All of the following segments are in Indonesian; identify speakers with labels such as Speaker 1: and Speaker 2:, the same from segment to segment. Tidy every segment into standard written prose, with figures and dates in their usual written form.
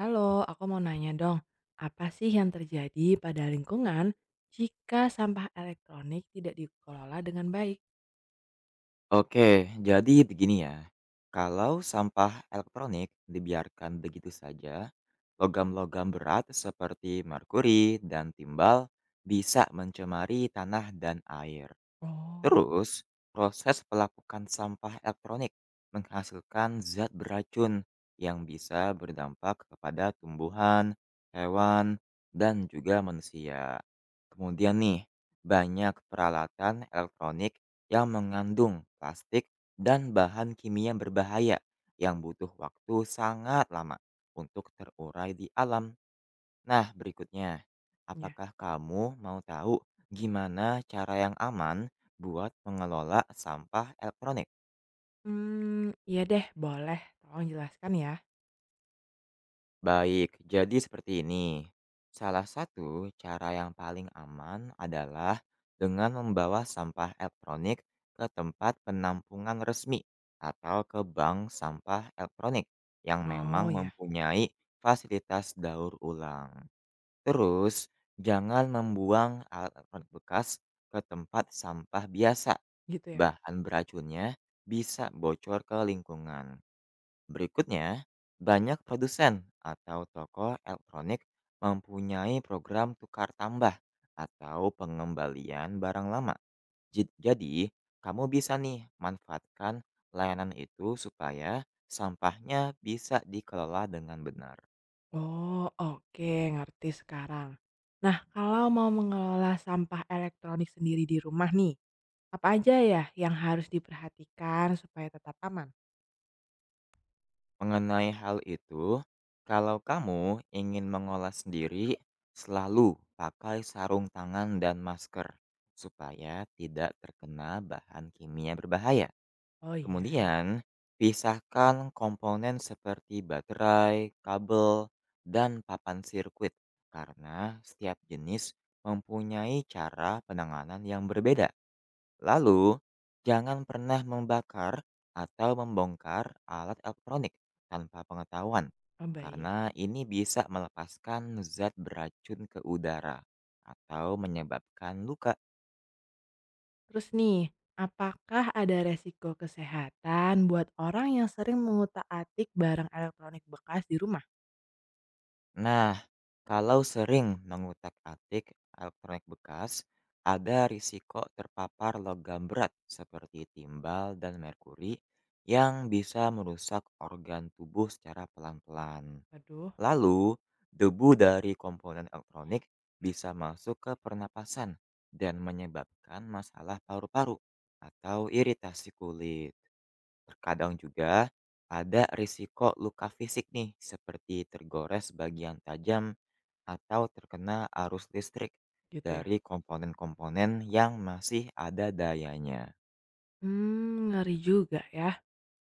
Speaker 1: Halo, aku mau nanya dong, apa sih yang terjadi pada lingkungan jika sampah elektronik tidak dikelola dengan baik?
Speaker 2: Oke, jadi begini ya. Kalau sampah elektronik dibiarkan begitu saja, logam-logam berat seperti merkuri dan timbal bisa mencemari tanah dan air.
Speaker 1: Oh,
Speaker 2: Terus, proses pelapukan sampah elektronik menghasilkan zat beracun yang bisa berdampak kepada tumbuhan, hewan, dan juga manusia. Kemudian nih, banyak peralatan elektronik yang mengandung plastik dan bahan kimia berbahaya yang butuh waktu sangat lama untuk terurai di alam. Nah, berikutnya,
Speaker 1: ya.
Speaker 2: apakah kamu mau tahu gimana cara yang aman buat mengelola sampah elektronik?
Speaker 1: Iya deh, boleh. Tolong jelaskan ya.
Speaker 2: Baik, jadi seperti ini. Salah satu cara yang paling aman adalah dengan membawa sampah elektronik ke tempat penampungan resmi atau ke bank sampah elektronik yang
Speaker 1: Oh
Speaker 2: memang
Speaker 1: ya,
Speaker 2: mempunyai fasilitas daur ulang. Terus, jangan membuang alat elektronik bekas ke tempat sampah biasa.
Speaker 1: gitu ya.
Speaker 2: Bahan beracunnya bisa bocor ke lingkungan. Berikutnya, banyak produsen atau toko elektronik mempunyai program tukar tambah atau pengembalian barang lama. Jadi, kamu bisa nih manfaatkan layanan itu supaya sampahnya bisa dikelola dengan benar.
Speaker 1: Oh, oke, ngerti sekarang. Nah, kalau mau mengelola sampah elektronik sendiri di rumah nih, apa aja ya yang harus diperhatikan supaya tetap aman?
Speaker 2: Mengenai hal itu, kalau kamu ingin mengolah sendiri, selalu pakai sarung tangan dan masker supaya tidak terkena bahan kimia berbahaya.
Speaker 1: Oh iya,
Speaker 2: Kemudian, pisahkan komponen seperti baterai, kabel, dan papan sirkuit karena setiap jenis mempunyai cara penanganan yang berbeda. Lalu, jangan pernah membakar atau membongkar alat elektronik tanpa pengetahuan,
Speaker 1: oh baik.
Speaker 2: karena ini bisa melepaskan zat beracun ke udara atau menyebabkan luka.
Speaker 1: Terus nih, apakah ada resiko kesehatan buat orang yang sering mengutak-atik barang elektronik bekas di rumah?
Speaker 2: Nah, kalau sering mengutak-atik elektronik bekas, ada risiko terpapar logam berat seperti timbal dan merkuri yang bisa merusak organ tubuh secara pelan-pelan.
Speaker 1: Aduh,
Speaker 2: Lalu, debu dari komponen elektronik bisa masuk ke pernapasan dan menyebabkan masalah paru-paru atau iritasi kulit. Terkadang juga ada risiko luka fisik nih seperti tergores bagian tajam atau terkena arus listrik
Speaker 1: gitu ya.
Speaker 2: dari komponen-komponen yang masih ada dayanya.
Speaker 1: Ngeri juga ya.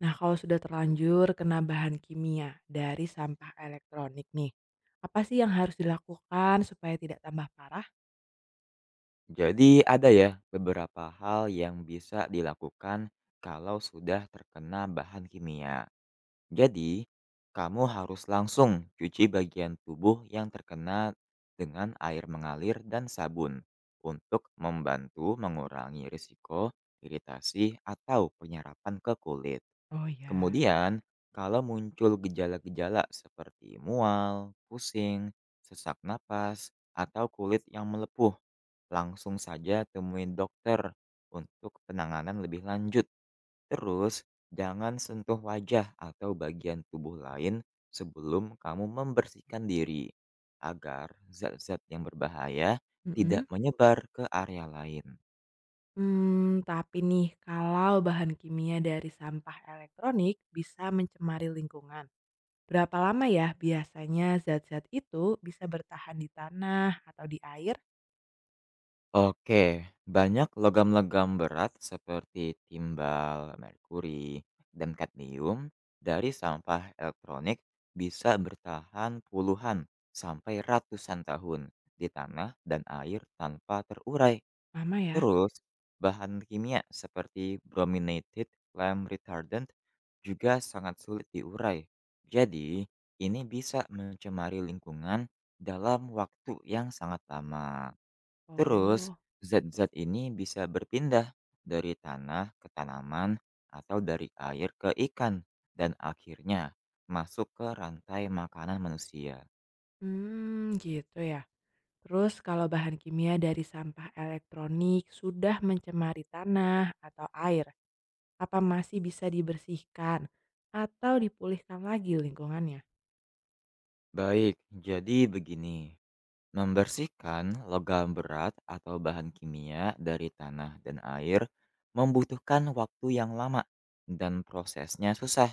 Speaker 1: Nah, kalau sudah terlanjur kena bahan kimia dari sampah elektronik nih, apa sih yang harus dilakukan supaya tidak tambah parah?
Speaker 2: Jadi ada ya beberapa hal yang bisa dilakukan kalau sudah terkena bahan kimia. Jadi, kamu harus langsung cuci bagian tubuh yang terkena dengan air mengalir dan sabun untuk membantu mengurangi risiko iritasi atau penyerapan ke kulit.
Speaker 1: Oh ya.
Speaker 2: Kemudian, kalau muncul gejala-gejala seperti mual, pusing, sesak napas, atau kulit yang melepuh, langsung saja temuin dokter untuk penanganan lebih lanjut. Terus, jangan sentuh wajah atau bagian tubuh lain sebelum kamu membersihkan diri, agar zat-zat yang berbahaya tidak
Speaker 1: Mm-mm.
Speaker 2: menyebar ke area lain.
Speaker 1: Hmm, tapi nih, kalau bahan kimia dari sampah elektronik bisa mencemari lingkungan. Berapa lama ya biasanya zat-zat itu bisa bertahan di tanah atau di air?
Speaker 2: Oke, banyak logam-logam berat seperti timbal, merkuri, dan kadmium dari sampah elektronik bisa bertahan puluhan sampai ratusan tahun di tanah dan air tanpa terurai.
Speaker 1: Lama ya?
Speaker 2: Terus, bahan kimia seperti brominated flame retardant juga sangat sulit diurai. Jadi, ini bisa mencemari lingkungan dalam waktu yang sangat lama. Terus,
Speaker 1: Oh,
Speaker 2: zat-zat ini bisa berpindah dari tanah ke tanaman atau dari air ke ikan dan akhirnya masuk ke rantai makanan manusia.
Speaker 1: hmm, gitu ya. Terus kalau bahan kimia dari sampah elektronik sudah mencemari tanah atau air, apa masih bisa dibersihkan atau dipulihkan lagi lingkungannya?
Speaker 2: Baik, jadi begini. Membersihkan logam berat atau bahan kimia dari tanah dan air membutuhkan waktu yang lama dan prosesnya susah.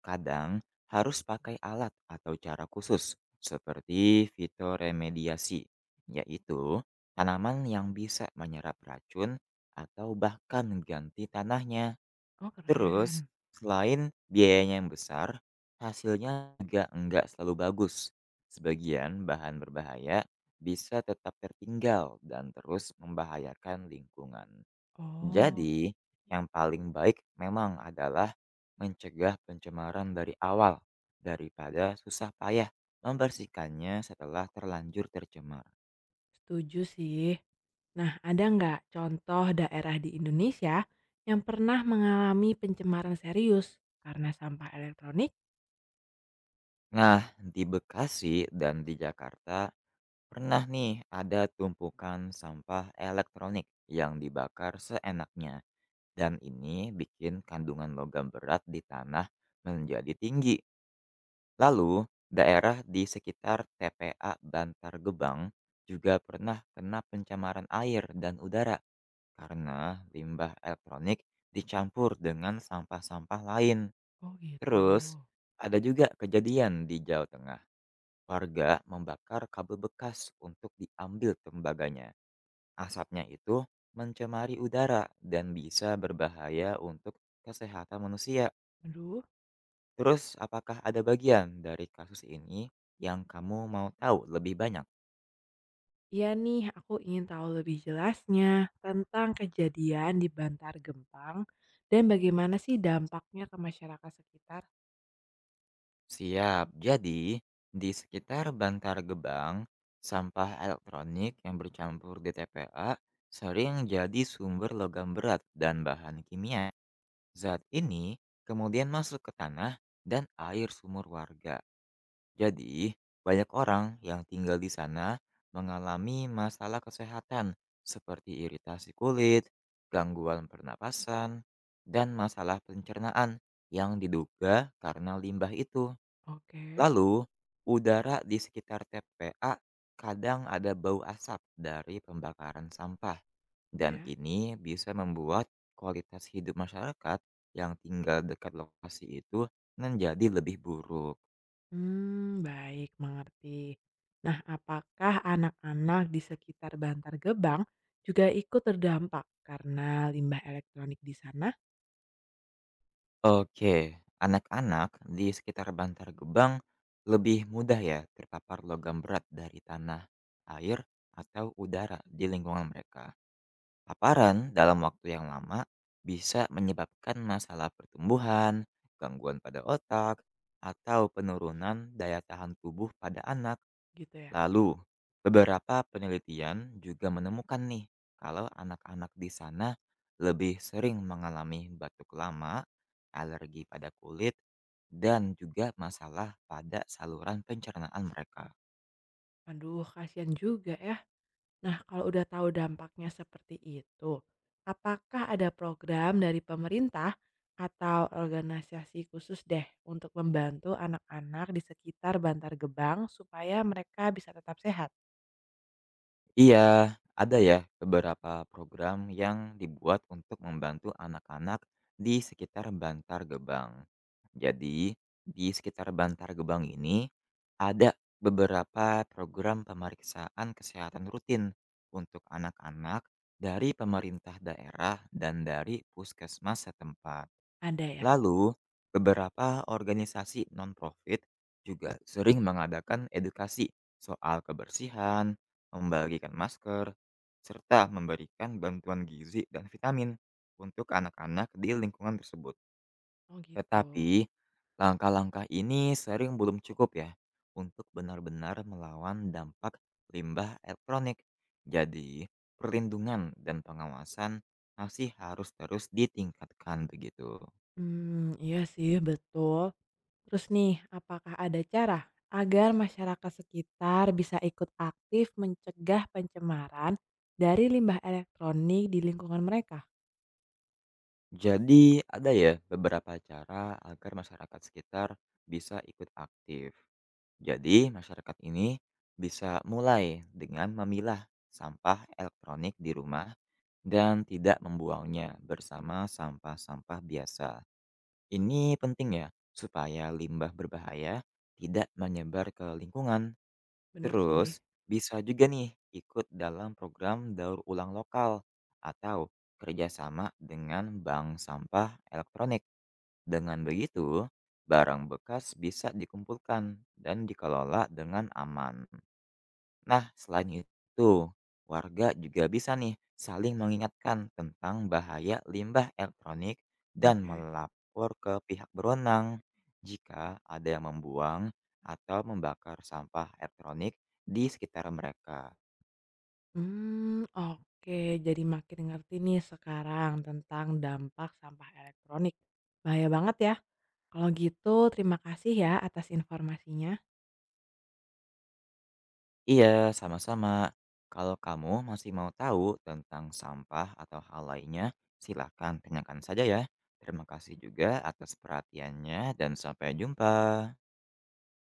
Speaker 2: Kadang harus pakai alat atau cara khusus seperti fitoremediasi, yaitu tanaman yang bisa menyerap racun atau bahkan ganti tanahnya.
Speaker 1: Oh,
Speaker 2: Terus,
Speaker 1: keren.
Speaker 2: selain biayanya yang besar, hasilnya juga enggak selalu bagus. Sebagian bahan berbahaya bisa tetap tertinggal dan terus membahayakan lingkungan.
Speaker 1: Oh.
Speaker 2: Jadi, yang paling baik memang adalah mencegah pencemaran dari awal daripada susah payah membersihkannya setelah terlanjur tercemar.
Speaker 1: Setuju sih. Nah, ada nggak contoh daerah di Indonesia yang pernah mengalami pencemaran serius karena sampah elektronik?
Speaker 2: Nah, di Bekasi dan di Jakarta pernah nih ada tumpukan sampah elektronik yang dibakar seenaknya dan ini bikin kandungan logam berat di tanah menjadi tinggi. Lalu, daerah di sekitar TPA Bantar Gebang juga pernah kena pencemaran air dan udara karena limbah elektronik dicampur dengan sampah-sampah lain.
Speaker 1: Oh gitu.
Speaker 2: Terus, ada juga kejadian di Jawa Tengah. Warga membakar kabel bekas untuk diambil tembaganya. Asapnya itu mencemari udara dan bisa berbahaya untuk kesehatan manusia.
Speaker 1: Aduh,
Speaker 2: Terus, apakah ada bagian dari kasus ini yang kamu mau tahu lebih banyak?
Speaker 1: iya nih, aku ingin tahu lebih jelasnya tentang kejadian di Bantar Gempang dan bagaimana sih dampaknya ke masyarakat sekitar.
Speaker 2: Siap, jadi di sekitar Bantar Gebang, sampah elektronik yang bercampur di TPA sering jadi sumber logam berat dan bahan kimia. Zat ini kemudian masuk ke tanah dan air sumur warga. Jadi, banyak orang yang tinggal di sana mengalami masalah kesehatan seperti iritasi kulit, gangguan pernapasan, dan masalah pencernaan yang diduga karena limbah itu.
Speaker 1: Oke.
Speaker 2: Lalu, udara di sekitar TPA kadang ada bau asap dari pembakaran sampah dan
Speaker 1: Ya.
Speaker 2: ini bisa membuat kualitas hidup masyarakat yang tinggal dekat lokasi itu menjadi lebih buruk.
Speaker 1: Baik, mengerti. Nah, apakah anak-anak di sekitar Bantar Gebang juga ikut terdampak karena limbah elektronik di sana?
Speaker 2: Oke, anak-anak di sekitar Bantar Gebang lebih mudah ya terpapar logam berat dari tanah, air, atau udara di lingkungan mereka. Paparan dalam waktu yang lama bisa menyebabkan masalah pertumbuhan, gangguan pada otak, atau penurunan daya tahan tubuh pada anak.
Speaker 1: Gitu ya?
Speaker 2: Lalu, beberapa penelitian juga menemukan nih kalau anak-anak di sana lebih sering mengalami batuk lama, alergi pada kulit, dan juga masalah pada saluran pencernaan mereka.
Speaker 1: Aduh, kasihan juga ya. Nah, kalau udah tahu dampaknya seperti itu, apakah ada program dari pemerintah atau organisasi khusus deh untuk membantu anak-anak di sekitar Bantar Gebang supaya mereka bisa tetap sehat?
Speaker 2: Iya, ada ya beberapa program yang dibuat untuk membantu anak-anak di sekitar Bantar Gebang. Jadi, di sekitar Bantar Gebang ini ada beberapa program pemeriksaan kesehatan rutin untuk anak-anak dari pemerintah daerah dan dari puskesmas setempat.
Speaker 1: Ada ya?
Speaker 2: Lalu, beberapa organisasi non-profit juga sering mengadakan edukasi soal kebersihan, membagikan masker, serta memberikan bantuan gizi dan vitamin untuk anak-anak di lingkungan tersebut.
Speaker 1: Oh gitu.
Speaker 2: Tetapi, langkah-langkah ini sering belum cukup ya untuk benar-benar melawan dampak limbah elektronik. Jadi, perlindungan dan pengawasan masih harus terus ditingkatkan begitu.
Speaker 1: Iya sih, betul. Terus nih, apakah ada cara agar masyarakat sekitar bisa ikut aktif mencegah pencemaran dari limbah elektronik di lingkungan mereka?
Speaker 2: Jadi ada ya beberapa cara agar masyarakat sekitar bisa ikut aktif. Jadi masyarakat ini bisa mulai dengan memilah sampah elektronik di rumah dan tidak membuangnya bersama sampah-sampah biasa. Ini penting ya supaya limbah berbahaya tidak menyebar ke lingkungan.
Speaker 1: Bener sih.
Speaker 2: Terus bisa juga nih ikut dalam program daur ulang lokal atau kerjasama dengan bank sampah elektronik dengan begitu, barang bekas bisa dikumpulkan dan dikelola dengan aman. Nah, selain itu, warga juga bisa nih saling mengingatkan tentang bahaya limbah elektronik dan
Speaker 1: Oke.
Speaker 2: melapor ke pihak berwenang jika ada yang membuang atau membakar sampah elektronik di sekitar mereka.
Speaker 1: Hmm, oke. Jadi makin ngerti nih sekarang tentang dampak sampah elektronik. Bahaya banget ya. Kalau gitu, terima kasih ya atas informasinya.
Speaker 2: Iya, sama-sama. Kalau kamu masih mau tahu tentang sampah atau hal lainnya, silakan tanyakan saja ya. Terima kasih juga atas perhatiannya dan sampai jumpa.